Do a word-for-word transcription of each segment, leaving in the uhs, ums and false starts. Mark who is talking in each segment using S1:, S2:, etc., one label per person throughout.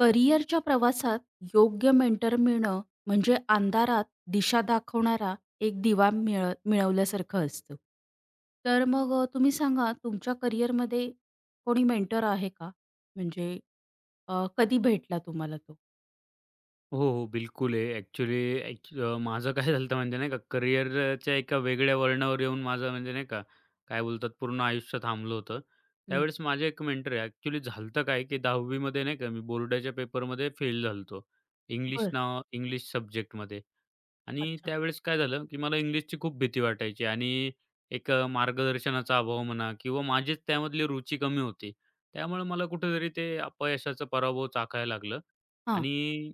S1: करिअरच्या प्रवासात योग्य मेंटर मिळणं म्हणजे अंधारात दिशा दाखवणारा एक दिवा मिळ मिळवल्यासारखं असतं. तर मग अ, तुम्ही सांगा तुमच्या करिअरमध्ये कोणी मेंटर आहे का? म्हणजे अ, कधी भेटला तुम्हाला तो?
S2: हो, हो. बिलकुल आहे. ॲक्चुअली ॲक्च अ, माझं काय झालं होतं म्हणजे नाही का करिअरच्या एका वेगळ्या वळणावर येऊन माझं म्हणजे नाही का, काय बोलतात पूर्ण आयुष्य थांबलं होतं.
S1: हं.
S2: त्यावेळेस माझे एक मेंटर आहे. ॲक्चुअली झालं होतं काय, की 10वी मध्ये नाही का मी बोर्डाच्या पेपरमध्ये फेल झालो इंग्लिश
S1: बरं.
S2: नाव इंग्लिश सब्जेक्टमध्ये. आणि
S1: अच्छा.
S2: त्यावेळेस काय झालं, की मला इंग्लिशची खूप भीती वाटायची आणि एक अ, मार्गदर्शनाचा अभाव म्हणा किंवा माझीच त्यामधली रुची कमी होती. त्यामुळे मला कुठेतरी ते अपयशाचा पराभव चाखायला लागलं
S1: हां.
S2: आणि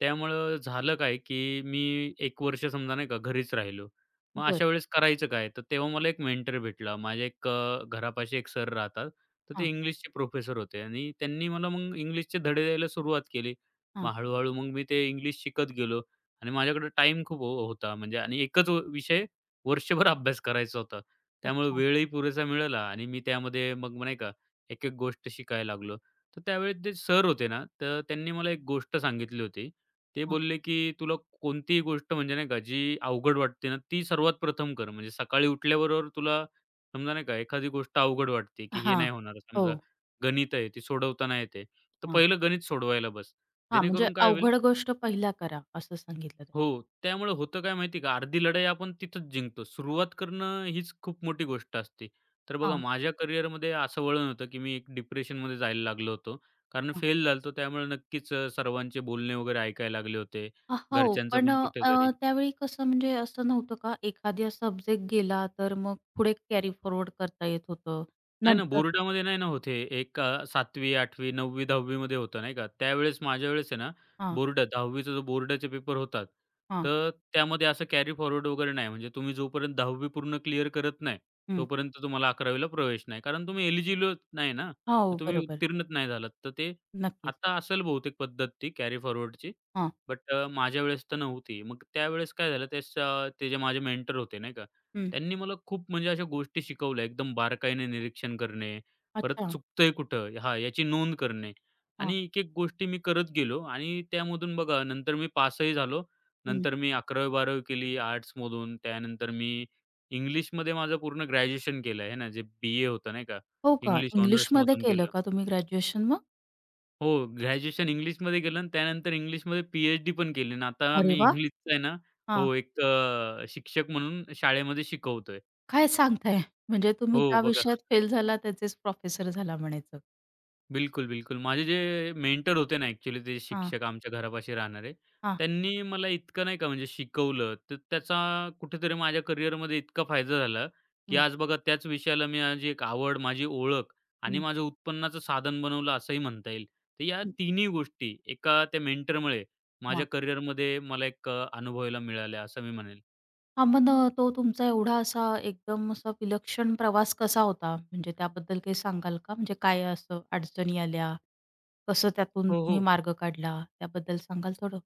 S2: त्यामुळं झालं काय, की मी एक वर्ष समजा नाही का घरीच राहिलो. मग
S1: बरं.
S2: अशा वेळेस करायचं काय? तर तेव्हा मला एक मेंटर भेटला. माझ्या एक अ, घरापाशी एक सर राहतात. तर ते
S1: हां,
S2: इंग्लिशचे प्रोफेसर होते आणि त्यांनी मला मग इंग्लिशचे धडे द्यायला सुरुवात केली.
S1: हां.
S2: मग हळू मग मी ते इंग्लिश शिकत गेलो. आणि माझ्याकडे टाइम खूप हो होता म्हणजे आणि एकच व विषय वर्षभर अभ्यास करायचा होता. त्यामुळे
S1: अच्छा.
S2: वेळही पुरेसा मिळाला आणि मी त्यामध्ये मग नाही का, एक-एक गोष्ट शिकायला लागलो. तर त्यावेळी ते सर होते ना, तर त्यांनी मला एक गोष्ट सांगितली होती. ते
S1: हां.
S2: बोलले, की "तुला कोणतीही गोष्ट म्हणजे नाही का, जी अवघड वाटते ना, ती सर्वात प्रथम कर." म्हणजे सकाळी उठल्याबरोबर तुला समजा नाही का, एखादी गोष्ट अवघड वाटते, की हे
S1: हां.
S2: नाही होणार.
S1: हो.
S2: समजा गणित आहे, ती सोडवता नाही तर
S1: हां.
S2: पहिलं गणित सोडवायला बस.
S1: हां. म्हणजे
S2: जेणेकरून काय होईल
S1: अवघड गोष्ट पहिला करा असं सांगितलं.
S2: हो. त्यामुळे होतं काय माहिती आहे का, अर्धी लढाई आपण तिथंच जिंकतो. सुरुवात करणं हीच खूप मोठी गोष्ट असते. तर बघा
S1: हां,
S2: माझ्या करिअरमध्ये असं वळण होतं, की मी एक डिप्रेशनमध्ये जायला लागलो होतो. कारण
S1: हां.
S2: फेल झालो होतो त्यामुळे नक्कीच अ, सर्वांचे बोलणे वगैरे ऐकायला लागले होते.
S1: अ, हो.
S2: घरच्यांचं
S1: पण अ,
S2: पण कुठेतरी
S1: अ, त्यावेळी कसं म्हणजे असं नव्हतं का, एखादा सब्जेक्ट गेला तर मग पुढे कॅरी फॉरवर्ड करता येत होतं.
S2: नाही ना,
S1: नंतर
S2: बोर्डामध्ये नाही ना होत हे. एक अ, 7वी, 8वी, 9वी, 10वी मध्ये होतं नाही का. त्यावेळेस माझ्या वेळेस आहे ना,
S1: हां,
S2: बोर्ड 10वीचा जो बोर्डाचे पेपर होतात,
S1: हां.
S2: तर त्यामध्ये असं कॅरी फॉरवर्ड वगैरे नाही. म्हणजे तुम्ही जोपर्यंत 10वी पूर्ण क्लिअर करत नाही,
S1: हं.
S2: तोपर्यंत तुम्हाला 11वीला प्रवेश नाही. कारण तुम्ही एलिजिबल नाही ना, तर
S1: हो,
S2: तुम्ही
S1: बरोबर.
S2: उत्तीर्णच नाही झालात. तर ते
S1: नक्कीच.
S2: आता असेल बहुतेक पद्धत ती कॅरी फॉरवर्डची.
S1: हां.
S2: बट माझ्या वेळेस तर नव्हती. मग त्यावेळेस काय झालं, त्यास अ, ते जे माझे मेंटर होते नाही का,
S1: हं.
S2: त्यांनी मला खूप म्हणजे अशा गोष्टी शिकवल्या. एकदम बारकाईने निरीक्षण करणे, परत
S1: अच्छा.
S2: चुकतंय कुठं? हां, याची नोंद करणे
S1: हां.
S2: आणि एक-एक गोष्टी मी करत गेलो आणि त्यामधून बघा नंतर मी पासही झालो.
S1: हं.
S2: नंतर मी 11वी-12वी केली आर्ट्समधून. त्यानंतर मी इंग्लिशमध्ये माझं पूर्ण ग्रॅज्युएशन केलं आहे ना, जे बी-ए होतं नाही का?
S1: हो का?
S2: इंग्लिश
S1: इंग्लिशमध्ये
S2: ऑनर्समधून
S1: केलं
S2: केलं.
S1: का तुम्ही ग्रॅज्युएशन मग?
S2: हो, ग्रॅज्युएशन इंग्लिशमध्ये केलं आणि त्यानंतर इंग्लिशमध्ये पी-एच-डी पण केली आणि आता
S1: अरे
S2: मी
S1: वाह!
S2: इंग्लिशचं आहे ना
S1: हां.
S2: हो, एक अ, शिक्षक म्हणून शाळेमध्ये शिकवतोय.
S1: काय सांगताय? म्हणजे तुम्ही
S2: हो,
S1: ज्या
S2: बघा.
S1: विषयात फेल झाला त्याचेच प्रोफेसर झाला म्हणायचं.
S2: बिलकुल, बिलकुल. माझे जे मेंटर होते ना ॲक्चुअली ते
S1: हां,
S2: शिक्षक आमच्या घरापाशी राहणारे,
S1: हां.
S2: त्यांनी मला इतकं नाही का म्हणजे शिकवलं, तर त्याचा कुठेतरी माझ्या करिअरमध्ये इतका फायदा झाला, की
S1: हं,
S2: आज बघा त्याच विषयाला मी आज एक आवड, माझी ओळख आणि
S1: हं,
S2: माझं उत्पन्नाचं साधन बनवलं असंही म्हणता येईल. तर या
S1: हं.
S2: तिन्ही गोष्टी एका त्या मेंटरमुळे
S1: हां.
S2: माझ्या करिअरमध्ये मला एक अ, अनुभवायला मिळाल्या असं मी म्हणेल.
S1: हां, मग अ, तो तुमचा एवढा असा एकदम असा विलक्षण प्रवास कसा होता? म्हणजे त्याबद्दल काही सांगाल का? म्हणजे काय असं अडचणी आल्या? कसं त्यातून
S2: हो,
S1: तुम्ही
S2: हो.
S1: मार्ग काढला? त्याबद्दल सांगाल थोडं?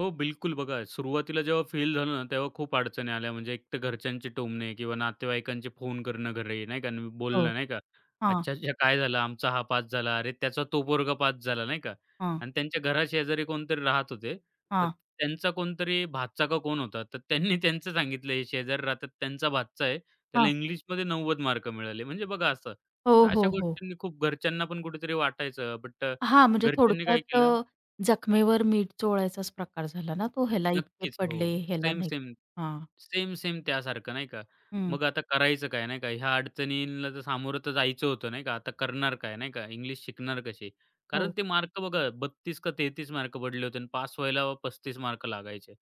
S2: हो, बिलकुल. बघा, सुरुवातीला जेव्हा फेल झालं ना, तेव्हा खूप अडचणी आल्या. म्हणजे एक तर घरच्यांचे टोमणे किंवा नातेवाईकांचे फोन करणं घरी, नाही का, आणि
S1: हो.
S2: बोलणं, नाही का.
S1: हां,
S2: "अच्छा, अच्छा, काय झालं? आमचा हा पास झाला. अरे, त्याचा तो पोरगा पास झाला." नाही का.
S1: हां,
S2: आणि त्यांच्या घराशेजारी कोणतरी राहत होते. तर
S1: हां,
S2: त्यांचा कोणतरी भाचा का कोण होता, तर त्यांनी त्यांचं सांगितलं, "हे शेजारी राहतात, त्यांचा भाचा आहे. त्याला
S1: हां.
S2: इंग्लिशमध्ये नव्वद मार्क मिळाले." म्हणजे बघा असं. तर
S1: हो,
S2: अशा
S1: हो, हो.
S2: गोष्टींनी खूप घरच्यांना पण कुठेतरी वाटायचं. बट
S1: हां, म्हणजे
S2: घरच्यांनी काय
S1: थोडक्यात
S2: केलं
S1: अ, जखमेवर मीठ चोळायचाच प्रकार झाला ना तो? ह्याला इतके
S2: नक्कीच. हो.
S1: पडले, ह्याला
S2: सेम,
S1: नाही.
S2: सेम.
S1: हां,
S2: सेम, सेम त्यासारखं नाही का.
S1: हं.
S2: मग आता करायचं काय नाही का. ह्या अडचणींना तर सामोरं तर जायचं होतं नाही का. आता करणार काय नाही का. इंग्लिश शिकणार कशी. कारण
S1: हो,
S2: ते मार्क बघा बत्तीस का तेहतीस मार्क पडले होते आणि पास व्हायला पस्तीस मार्क लागायचे.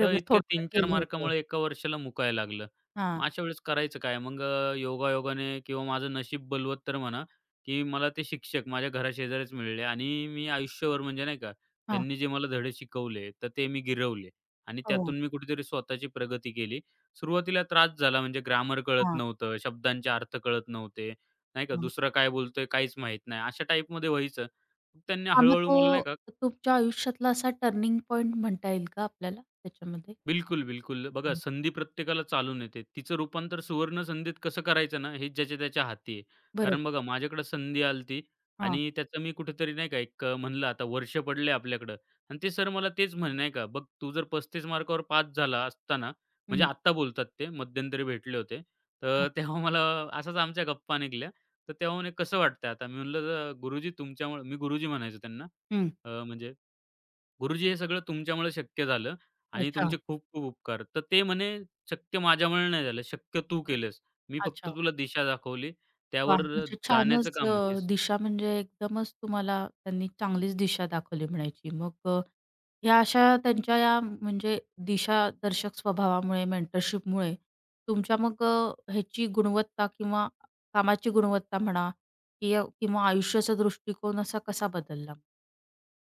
S2: तर इतक्या
S1: थोडक्यात
S2: तीन चार
S1: गेलं होतं.
S2: मार्कामुळे एका वर्षाला मुकायला लागलं.
S1: हां,
S2: मग अशा वेळेस करायचं काय? मग अ, योगायोगाने किंवा माझं नशीब बलवत तर म्हणा, की मला ते शिक्षक माझ्या घराशेजारीच मिळाले आणि मी आयुष्यभर म्हणजे नाही का,
S1: हां.
S2: त्यांनी जे मला धडे शिकवले, तर ते मी गिरवले. आणि
S1: हो,
S2: त्यातून मी कुठेतरी स्वतःची प्रगती केली. सुरुवातीला त्रास झाला म्हणजे ग्रामर कळत नव्हतं, शब्दांचे अर्थ कळत नव्हते, नाही का.
S1: हां.
S2: दुसरं काय बोलतोय काहीच माहीत नाही, अशा टाईपमध्ये व्हायचं. त्यांनी
S1: हां, मग
S2: हळू-हळू
S1: तो
S2: मला नाही का
S1: तुमच्या आयुष्यातला असा टर्निंग पॉइंट म्हणता येईल का आपल्याला त्याच्यामध्ये?
S2: बिलकुल, बिलकुल. बघा
S1: हां,
S2: संधी प्रत्येकाला चालून येते. तिचं रूपांतर सुवर्ण संधीत कसं करायचं ना, हे ज्याच्या त्याच्या हाती आहे. कारण
S1: बरोबर.
S2: बघा माझ्याकडे संधी आलती ती
S1: हां,
S2: आणि त्याचं मी कुठेतरी नाही का एक अ, म्हणलं आता वर्ष पडले आपल्याकडं आणि ते सर मला तेच म्हणे नाही का, "बघ तू जर पस्तीस मार्कावर पास झाला असता म्हणजे
S1: हं,
S2: आत्ता बोलतात ते, मध्यंतरी भेटले होते. तर
S1: हां,
S2: तेव्हा मला अशाच आमच्या गप्पा निघाल्या. तर तेव्हा म्हणे, "कसं वाटतंय आता?" मी म्हटलं, "गुरुजी तुमच्यामुळे" मी गुरुजी म्हणायचो त्यांना.
S1: हं.
S2: अ, म्हणजे गुरुजी हे सगळं तुमच्यामुळे शक्य झालं आणि
S1: अच्छा,
S2: तुमचे खूप खूप उपकार. तर ते म्हणे, "शक्य माझ्यामुळे नाही झालं, शक्य तू केलंस. मी फक्त
S1: अच्छा.
S2: तुला दिशा दाखवली.
S1: वाह!
S2: त्यावर अ,
S1: म्हणजे
S2: जाण्याचं
S1: छानच
S2: काम हे"
S1: अ, दिशा म्हणजे एकदमच तुम्हाला त्यांनी चांगलीच दिशा दाखवली म्हणायची. मग अ, ह्या अशा त्यांच्या या म्हणजे दिशादर्शक स्वभावामुळे, मेंटरशिपमुळे तुमच्या मग अ, ह्याची गुणवत्ता किंवा कामाची गुणवत्ता म्हणा किंवा किंवा आयुष्याचा दृष्टिकोन असा कसा बदलला?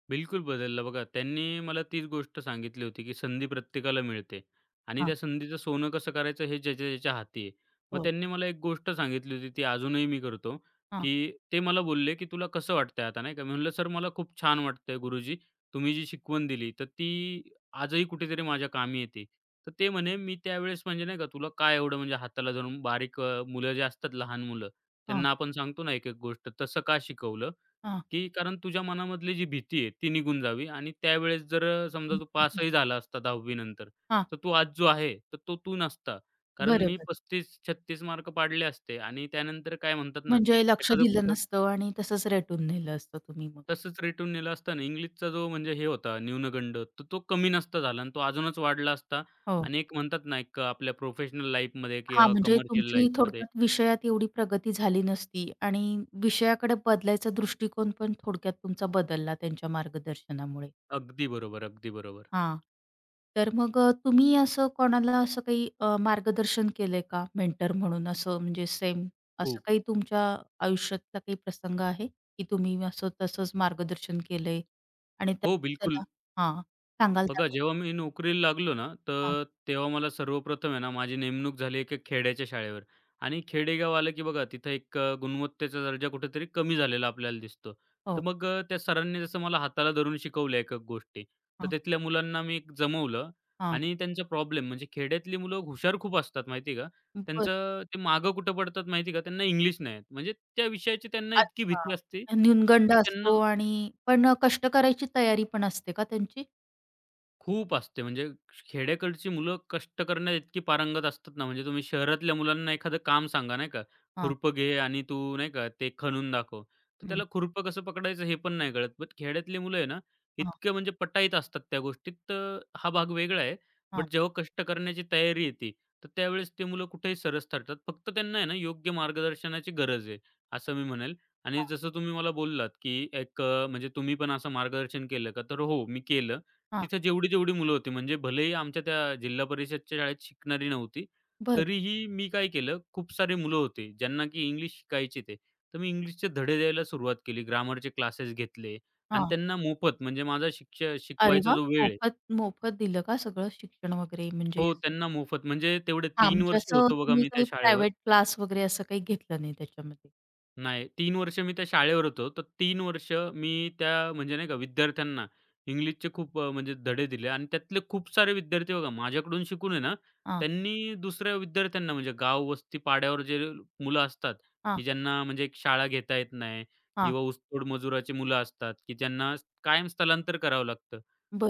S2: बिलकुल बदलला. बघा त्यांनी मला तीच गोष्ट सांगितली होती, की संधी प्रत्येकाला मिळते आणि
S1: हां,
S2: त्या संधीचं सोनं कसं करायचं हे ज्याच्या-ज्याच्या हाती आहे. मग
S1: हो.
S2: त्यांनी मला एक गोष्ट सांगितली होती, ती अजूनही मी करतो,
S1: हां,
S2: की ते मला बोलले, की "तुला कसं वाटतंय आता?" नाही का. मी म्हटलं, "सर मला खूप छान वाटतंय गुरुजी. तुम्ही जी शिकवण दिली तर ती आजही कुठेतरी माझ्या कामी येते." तर ते म्हणे, "मी त्यावेळेस म्हणजे नाही का तुला काय एवढं म्हणजे हाताला धरून बारीक अ, मुलं जे असतात लहान मुलं,
S1: हां.
S2: त्यांना आपण सांगतो ना एक-एक गोष्ट, तसं का शिकवलं?"
S1: हां,
S2: की कारण तुझ्या मनामधली जी भीती आहे ती निघून जावी आणि त्यावेळेस जर अ, समजा तू पासही झाला असता 10वी नंतर,
S1: हां.
S2: तर तू आज जो आहे, तर तो तू नसता. कारण
S1: बरं,
S2: मी
S1: बरं.
S2: पस्तीस छत्तीस मार्क पाडले असते आणि त्यानंतर काय म्हणतात ना,
S1: म्हणजे लक्ष
S2: एखादं
S1: दिलं
S2: कुठं
S1: नसतं आणि तसंच रेटून नेलं असतं तुम्ही मग.
S2: तसंच रेटून नेलं असतं ना, इंग्लिशचा जो म्हणजे हे होता न्यूनगंड, तर तो कमी नसता झाला आणि तो अजूनच वाढला असता
S1: हो.
S2: आणि एक म्हणतात ना, एक आपल्या प्रोफेशनल लाईफमध्ये
S1: हां,
S2: किंवा
S1: म्हणजे
S2: कमर्शियल
S1: तुमची
S2: लाईफमध्ये
S1: थोडक्यात विषयात एवढी प्रगती झाली नसती आणि विषयाकडे बदलायचा दृष्टिकोन पण थोडक्यात तुमचा बदलला त्यांच्या मार्गदर्शनामुळे.
S2: अगदी बरोबर, अगदी बरोबर.
S1: हां. तर मग अ, तुम्ही असं कोणाला असं काही अ, मार्गदर्शन केलंय का मेंटर म्हणून असं म्हणजे सेम असं
S2: खूप.
S1: काही तुमच्या आयुष्यातला काही प्रसंग आहे, की तुम्ही असं तसंच मार्गदर्शन केलंय आणि त्या
S2: हो, बिलकुल.
S1: त्याला हां. सांगाल
S2: बघा,
S1: त्याबद्दल?
S2: जेव्हा मी नोकरीला लागलो ना,
S1: हां.
S2: तर तेव्हा मला सर्वप्रथम आहे ना, माझी नेमणूक झाली एका खेड्याच्या शाळेवर आणि खेडेगाव आलं की बघा, तिथं एक अ, गुणवत्तेचा दर्जा कुठेतरी कमी झालेला आपल्याला दिसतो. तर
S1: हो.
S2: मग अ, त्या सरांनी जसं मला हाताला धरून शिकवलं एक-एक गोष्टी, तर
S1: हां.
S2: तिथल्या मुलांना मी एक जमवलं
S1: हां.
S2: आणि त्यांचा प्रॉब्लेम म्हणजे खेड्यातली मुलं हुशार खूप असतात माहिती का?
S1: बरं.
S2: त्यांचं ते मागं कुठं पडतात माहिती का? त्यांना इंग्लिश नाही येत. म्हणजे त्या विषयाची त्यांना इतकी
S1: अच्छा.
S2: भीती असते,
S1: न्यूनगंड
S2: की त्यांना
S1: असतो आणि पण अ, कष्ट करायची तयारी पण असते का त्यांची?
S2: खूप असते. म्हणजे खेड्याकडची मुलं कष्ट करण्यात इतकी पारंगत असतात ना, म्हणजे तुम्ही शहरातल्या मुलांना एखादं काम सांगा, नाही का,
S1: हां.
S2: खुरपं घे आणि तू नाही का ते खणून दाखव. तर
S1: हं.
S2: त्याला खुरपं कसं पकडायचं हे पण नाही कळत. बट खेड्यातली मुलं आहे ना,
S1: हां.
S2: इतके म्हणजे पटाईत असतात त्या गोष्टीत. तर हा भाग वेगळा आहे.
S1: हां.
S2: बट जेव्हा कष्ट करण्याची तयारी येते, तर त्यावेळेस ते मुलं कुठेही सरस ठरतात. फक्त त्यांना आहे ना, योग्य मार्गदर्शनाची गरज आहे, असं मी म्हणेल. आणि
S1: हां.
S2: जसं तुम्ही मला बोललात, की एक अ, म्हणजे तुम्ही पण असं मार्गदर्शन केलं का? तर हो, मी केलं.
S1: हां.
S2: तिथं जेवढी-जेवढी मुलं होती, म्हणजे भलेही आमच्या त्या जिल्हा परिषदच्या शाळेत शिकणारी नव्हती,
S1: बरं.
S2: तरीही मी काय केलं, खूप सारे मुलं होते, ज्यांना की इंग्लिश शिकायचे ते. तर मी इंग्लिशचे धडे द्यायला सुरुवात केली. ग्रामरचे क्लासेस घेतले आणि त्यांना मोफत म्हणजे माझा शिक्ष
S1: अरे
S2: शिकवायचा
S1: वाह!
S2: जो वेळ आहे
S1: मोफत मोफत दिलं का सगळं शिक्षण वगैरे म्हणजे
S2: हो,
S1: येस. असं?
S2: त्यांना मोफत म्हणजे तेवढे
S1: हां,
S2: तीन
S1: म्हणजे
S2: वर्ष
S1: असं
S2: होतो बघा
S1: तुम्ही
S2: मी त्या
S1: काही
S2: शाळेवर.
S1: प्रायव्हेट क्लास वगैरे असं काही घेतलं नाही त्याच्यामध्ये?
S2: नाही, तीन वर्ष मी त्या शाळेवर होतो. तर तीन वर्ष मी त्या म्हणजे नाही का विद्यार्थ्यांना इंग्लिशचे खूप अ, म्हणजे धडे दिले आणि त्यातले खूप सारे विद्यार्थी बघा माझ्याकडून शिकून आहे ना,
S1: हां,
S2: त्यांनी दुसऱ्या विद्यार्थ्यांना म्हणजे गाव, वस्ती, पाड्यावर जे मुलं असतात,
S1: हां,
S2: की ज्यांना म्हणजे एक शाळा घेता येत नाही
S1: हां.
S2: किंवा ऊसतोड मजुराची मुलं असतात, की ज्यांना कायम स्थलांतर करावं लागतं.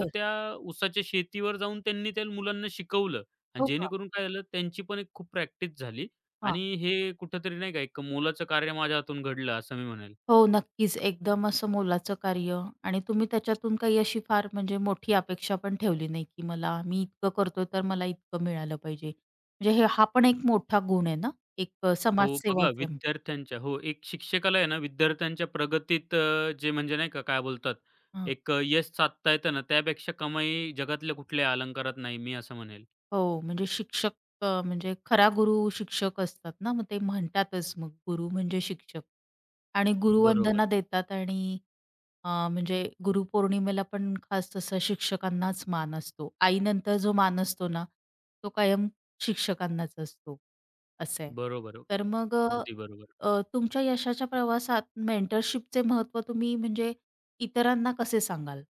S2: तर त्या ऊसाच्या शेतीवर जाऊन त्यांनी त्या मुलांना शिकवलं आणि
S1: हो का?
S2: जेणेकरून काय झालं त्यांची पण एक खूप प्रॅक्टिस झाली
S1: हां.
S2: आणि हे कुठेतरी नाही का एक मोलाचं कार्य माझ्या हातून घडलं असं मी म्हणेल.
S1: हो, नक्कीच. एकदम असं मोलाचं कार्य आणि तुम्ही त्याच्यातून काही अशी फार म्हणजे मोठी अपेक्षा पण ठेवली नाही, की मला मी इतकं करतोय तर मला इतकं मिळालं पाहिजे. म्हणजे हे हा पण एक मोठा गुण आहे ना? एक अ,
S2: हो, बघा
S1: समाजसेवाच आहे.
S2: विद्यार्थ्यांच्या हो, एक शिक्षकाला आहे ना विद्यार्थ्यांच्या प्रगतीत अ, जे म्हणजे नाही का काय बोलतात एक अ, यश साधता येतं ना त्यापेक्षा कमाई जगातल्या कुठल्याही अलंकारात नाही मी असं म्हणेल.
S1: हो, म्हणजे शिक्षक अ, म्हणजे खरा गुरु शिक्षक असतात ना, मग ते म्हणतातच मग गुरु म्हणजे शिक्षक. आणि
S2: बरोबर,
S1: गुरुवंदना देतात आणि अ, म्हणजे गुरुपौर्णिमेला पण खास तसा शिक्षकांनाच मान असतो. आईनंतर जो मान असतो ना, तो कायम शिक्षकांनाच असतो, असं आहे.
S2: बरोबर.
S1: तर मग अ,
S2: अगदी बरोबर.
S1: अ, तुमच्या यशाच्या प्रवासात मेंटरशिपचे महत्त्व तुम्ही म्हणजे इतरांना कसे सांगाल?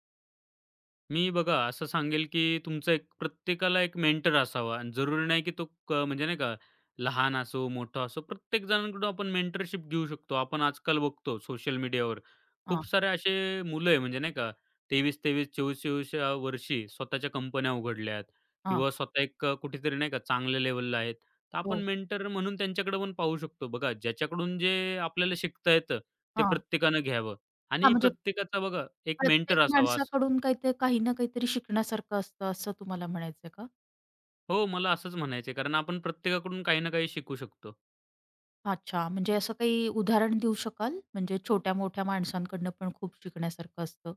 S2: मी बघा असं सांगेल, की तुमचा एक प्रत्येकाला एक मेंटर असावा आणि जरुरी नाही, की तो क म्हणजे नाही का, लहान असो, मोठा असो, प्रत्येक जणांकडून आपण मेंटरशिप घेऊ शकतो. आपण आजकाल बघतो सोशल मीडियावर खूप
S1: हां,
S2: सारे असे मुलं आहे म्हणजे नाही का, तेवीस तेवीस, चोवीस चोवीस या वर्षी स्वतःच्या कंपन्या उघडल्यात
S1: हां.
S2: किंवा स्वतः एक अ, कुठेतरी नाही का चांगल्या लेव्हलला आहेत. तर आपण
S1: हो.
S2: मेंटर म्हणून त्यांच्याकडे पण पाहू शकतो. बघा ज्याच्याकडून जे आपल्याला शिकता येतं, ते
S1: हां.
S2: प्रत्येकानं घ्यावं
S1: हां,
S2: आणि
S1: म्हणजे
S2: प्रत्येकाचा बघा एक मेंटर
S1: प्रत्येक
S2: असावा.
S1: माणसाकडून काहीतरी काही ना काहीतरी शिकण्यासारखं असतं, असं तुम्हाला म्हणायचंय का?
S2: हो, मला असंच म्हणायचं आहे, कारण आपण प्रत्येकाकडून काही ना काही शिकू शकतो.
S1: अच्छा, म्हणजे असं काही उदाहरण देऊ शकाल? म्हणजे छोट्या-मोठ्या माणसांकडनं पण खूप शिकण्यासारखं असतं?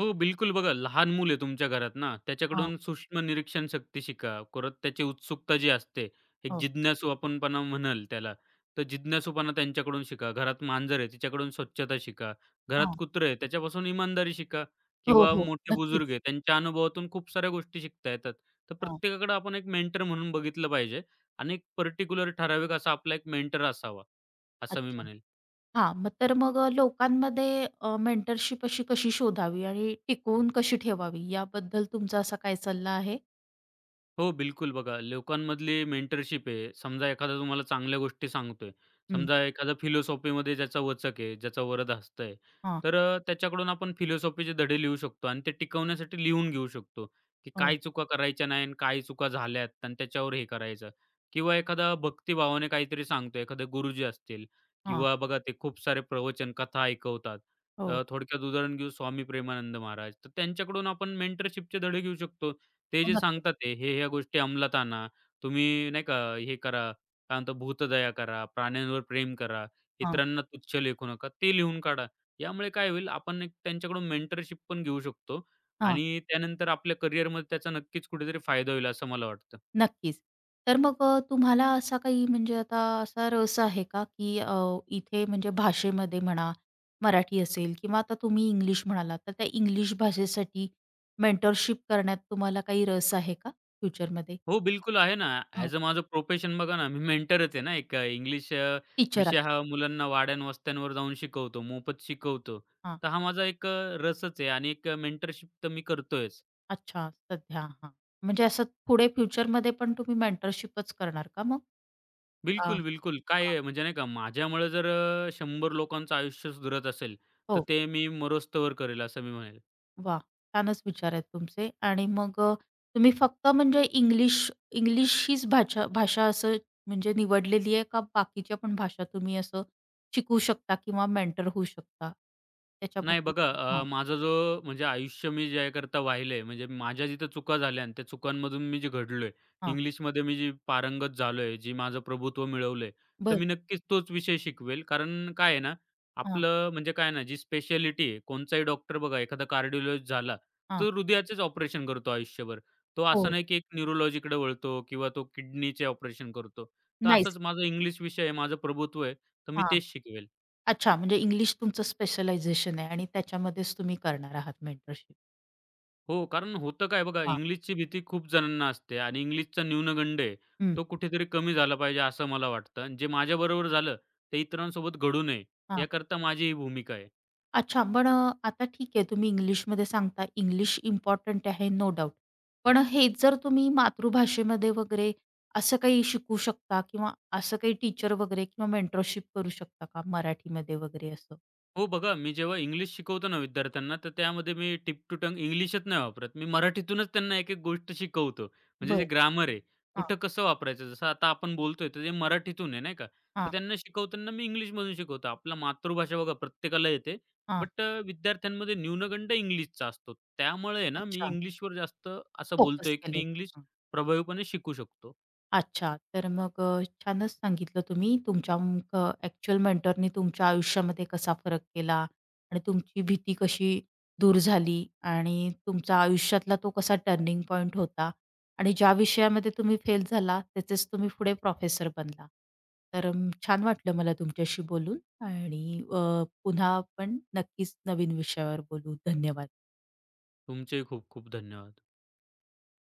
S2: हो, बिलकुल बघा, लहान मूल आहे तुमच्या घरात ना,
S1: हां,
S2: त्याच्याकडून सूक्ष्म निरीक्षण शक्ती शिका. परत त्याची उत्सुकता जी असते, एक
S1: हो,
S2: जिज्ञासू आपणपणा म्हणाल त्याला, तर जिज्ञासूपणा त्यांच्याकडून शिका. घरात मांजर आहे, तिच्याकडून स्वच्छता शिका. घरात
S1: हां.
S2: कुत्रं आहे, त्याच्यापासून इमानदारी शिका
S1: हो,
S2: किंवा
S1: हो,
S2: मोठे बुजुर्ग
S1: नक्कीच.
S2: आहे, त्यांच्या अनुभवातून खूप साऱ्या गोष्टी शिकता येतात. तर
S1: हां,
S2: प्रत्येकाकडे आपण एक मेंटर म्हणून बघितलं पाहिजे आणि एक पर्टिक्युलर ठराविक असा आपला एक मेंटर असावा, असं मी
S1: अच्छा.
S2: म्हणेल.
S1: हां, मग तर मग अ, लोकांमध्ये मेंटरशिप अशी कशी शोधावी आणि टिकवून कशी ठेवावी याबद्दल तुमचा असा काय सल्ला आहे?
S2: हो, बिलकुल. बघा, लोकांमधली मेंटरशिप आहे. समजा एखादा तुम्हाला चांगल्या गोष्टी सांगतोय.
S1: हं,
S2: समजा एखादा फिलॉसॉफीमध्ये ज्याचा वचक आहे, ज्याचा वरद हस्त आहे.
S1: हां,
S2: तर अ, त्याच्याकडून आपण फिलॉसॉफीचे धडे लिहू शकतो आणि ते टिकवण्यासाठी लिहून घेऊ शकतो, की
S1: हो,
S2: काय चुका करायच्या नाही आणि काय चुका झाल्यात आणि त्याच्यावर हे करायचं. किंवा एखादा भक्तिभावाने काहीतरी सांगतो, एखादे गुरुजी असतील
S1: हां,
S2: किंवा बघा ते खूप सारे प्रवचन, कथा ऐकवतात.
S1: हो,
S2: अ, थोडक्यात उदाहरण घेऊ स्वामी प्रेमानंद महाराज. तर त्यांच्याकडून आपण मेंटरशिपचे धडे घेऊ शकतो, ते
S1: हो,
S2: जे
S1: नक्कीच.
S2: सांगतात आहे, हे-ह्या गोष्टी अंमलात आणा. तुम्ही नाही का हे करा, काय म्हणतात भूतदया करा, प्राण्यांवर प्रेम करा,
S1: हां,
S2: इतरांना तुच्छ लेखू नका. ते लिहून काढा. यामुळे काय होईल आपण एक त्यांच्याकडून मेंटरशिप पण घेऊ शकतो
S1: हां.
S2: आणि त्यानंतर आपल्या करिअरमध्ये त्याचा नक्कीच कुठेतरी फायदा होईल असं मला वाटतं.
S1: नक्कीच. तर मग अ, तुम्हाला असा काही म्हणजे आता असा रस आहे का, की अ, इथे म्हणजे भाषेमध्ये म्हणा, मराठी असेल किंवा आता तुम्ही इंग्लिश म्हणालात, तर त्या इंग्लिश भाषेसाठी मेंटरशिप करण्यात तुम्हाला काही रस आहे का फ्युचरमध्ये?
S2: हो, बिलकुल आहे ना.
S1: हां.
S2: ॲज अ माझं प्रोफेशन बघा ना, मी मेंटरच आहे ना एक अ, इंग्लिश अ,
S1: टीचर
S2: विषय
S1: आहात.
S2: हा मुलांना वाड्यान-वस्त्यांवर जाऊन शिकवतो, मोफत शिकवतो.
S1: हां.
S2: तर हा माझा एक अ, रसच आहे आणि एक मेंटरशिप तर मी करतोयच.
S1: अच्छा, सध्या हां. म्हणजे असं पुढे फ्युचरमध्ये पण तुम्ही मेंटरशिपच करणार का मग? हां,
S2: बिलकुल, बिलकुल. काय
S1: हां.
S2: आहे म्हणजे नाही का माझ्यामुळे जर अ, शंभर लोकांचं आयुष्य सुधरत असेल, तर
S1: हो.
S2: ते मी मरोस्तवर करेल असं मी म्हणेल.
S1: वाह! छानच विचार आहेत तुमचे आणि मग अ, तुम्ही फक्त म्हणजे इंग्लिश इंग्लिश हीच भाषा भाषा असं म्हणजे निवडलेली आहे का बाकीच्या पण भाषा तुम्ही असं शिकू शकता किंवा मेंटर होऊ शकता?
S2: नाही बघा
S1: त्याच्याबद्दल
S2: अ,
S1: हां,
S2: माझा जो म्हणजे आयुष्य मी जे करता वाहिलंय म्हणजे माझ्या जिथं चुका झाल्या आणि त्या चुकांमधून मी जे घडलोय,
S1: हां.
S2: इंग्लिशमध्ये मी जी पारंगत झालोय, जी माझं प्रभुत्व मिळवलंय, तर
S1: बरं.
S2: मी नक्कीच तोच विषय शिकवेल. कारण काय आहे ना,
S1: हां,
S2: आपलं म्हणजे काय ना जी स्पेशालिटी आहे, कोणचाही डॉक्टर बघा एखादा कार्डिओलॉजिस्ट झाला,
S1: हां.
S2: तो हृदयाचेच ऑपरेशन करतो आयुष्यभर. तो असं
S1: हो.
S2: नाही की एक न्यूरोलॉजीकडे वळतो किंवा तो किडनीचे ऑपरेशन करतो. तर असंच
S1: नाईस.
S2: माझा इंग्लिश विषय आहे, माझं प्रभुत्व आहे, तर मी
S1: हां.
S2: तेच शिकवेल.
S1: अच्छा म्हणजे इंग्लिश तुमचं स्पेशलायझेशन आहे आणि त्याच्यामध्येच तुम्ही करणार आहात मेंटरशिप.
S2: हो, कारण होतं काय बघा,
S1: हां.
S2: इंग्लिशची भीती खूप जणांना असते आणि इंग्लिशचा न्यूनगंड आहे,
S1: हं.
S2: तो कुठेतरी कमी झाला पाहिजे असं मला वाटतं. आणि जे माझ्याबरोबर झालं, ते इतरांसोबत घडू नये
S1: हां.
S2: याकरता माझी ही भूमिका आहे.
S1: अच्छा, पण अ, आता ठीक आहे तुम्ही इंग्लिशमध्ये सांगता, इंग्लिश इम्पॉर्टंट आहे नो डाउट. पण हेच जर तुम्ही मातृभाषेमध्ये वगैरे असं काही शिकू शकता किंवा असं काही टीचर वगैरे किंवा मेंटरशिप करू शकता का मराठीमध्ये वगैरे असं?
S2: हो बघा, मी जेव्हा इंग्लिश शिकवतो ना विद्यार्थ्यांना, तर त्यामध्ये मी टिप टू टंग इंग्लिशच नाही वापरत. मी मराठीतूनच त्यांना एक-एक गोष्ट शिकवतो. म्हणजे जे
S1: बरं.
S2: ग्रामर आहे,
S1: हां,
S2: कुठं कसं वापरायचं? जसं आता आपण बोलतोय, तर ते मराठीतून आहे नाही का? तर
S1: हां,
S2: त्यांना शिकवताना मी इंग्लिशमधून शिकवतो. आपला मातृभाषा बघा प्रत्येकाला येते,
S1: हां.
S2: बट विद्यार्थ्यांमध्ये न्यूनगंड इंग्लिशचा असतो. त्यामुळे आहे ना, मी
S1: अच्छा.
S2: इंग्लिशवर जास्त असं
S1: फोकस
S2: बोलतोय, की मी
S1: केलं.
S2: इंग्लिश प्रभावीपणे शिकू शकतो.
S1: अच्छा. तर मग अ, छानच सांगितलं तुम्ही. तुमच्या अ, ॲक्चुअल मेंटरनी तुमच्या आयुष्यामध्ये कसा फरक केला आणि तुमची भीती कशी दूर झाली आणि तुमच्या आयुष्यातला तो कसा टर्निंग पॉइंट होता आणि ज्या विषयामध्ये तुम्ही फेल झाला, त्याचेच तुम्ही पुढे प्रोफेसर बनला. तर अं, छान वाटलं मला तुमच्याशी बोलून आणि अ, पुन्हा आपण नक्कीच नवीन विषयावर बोलू. धन्यवाद.
S2: तुमचेही खूप खूप धन्यवाद.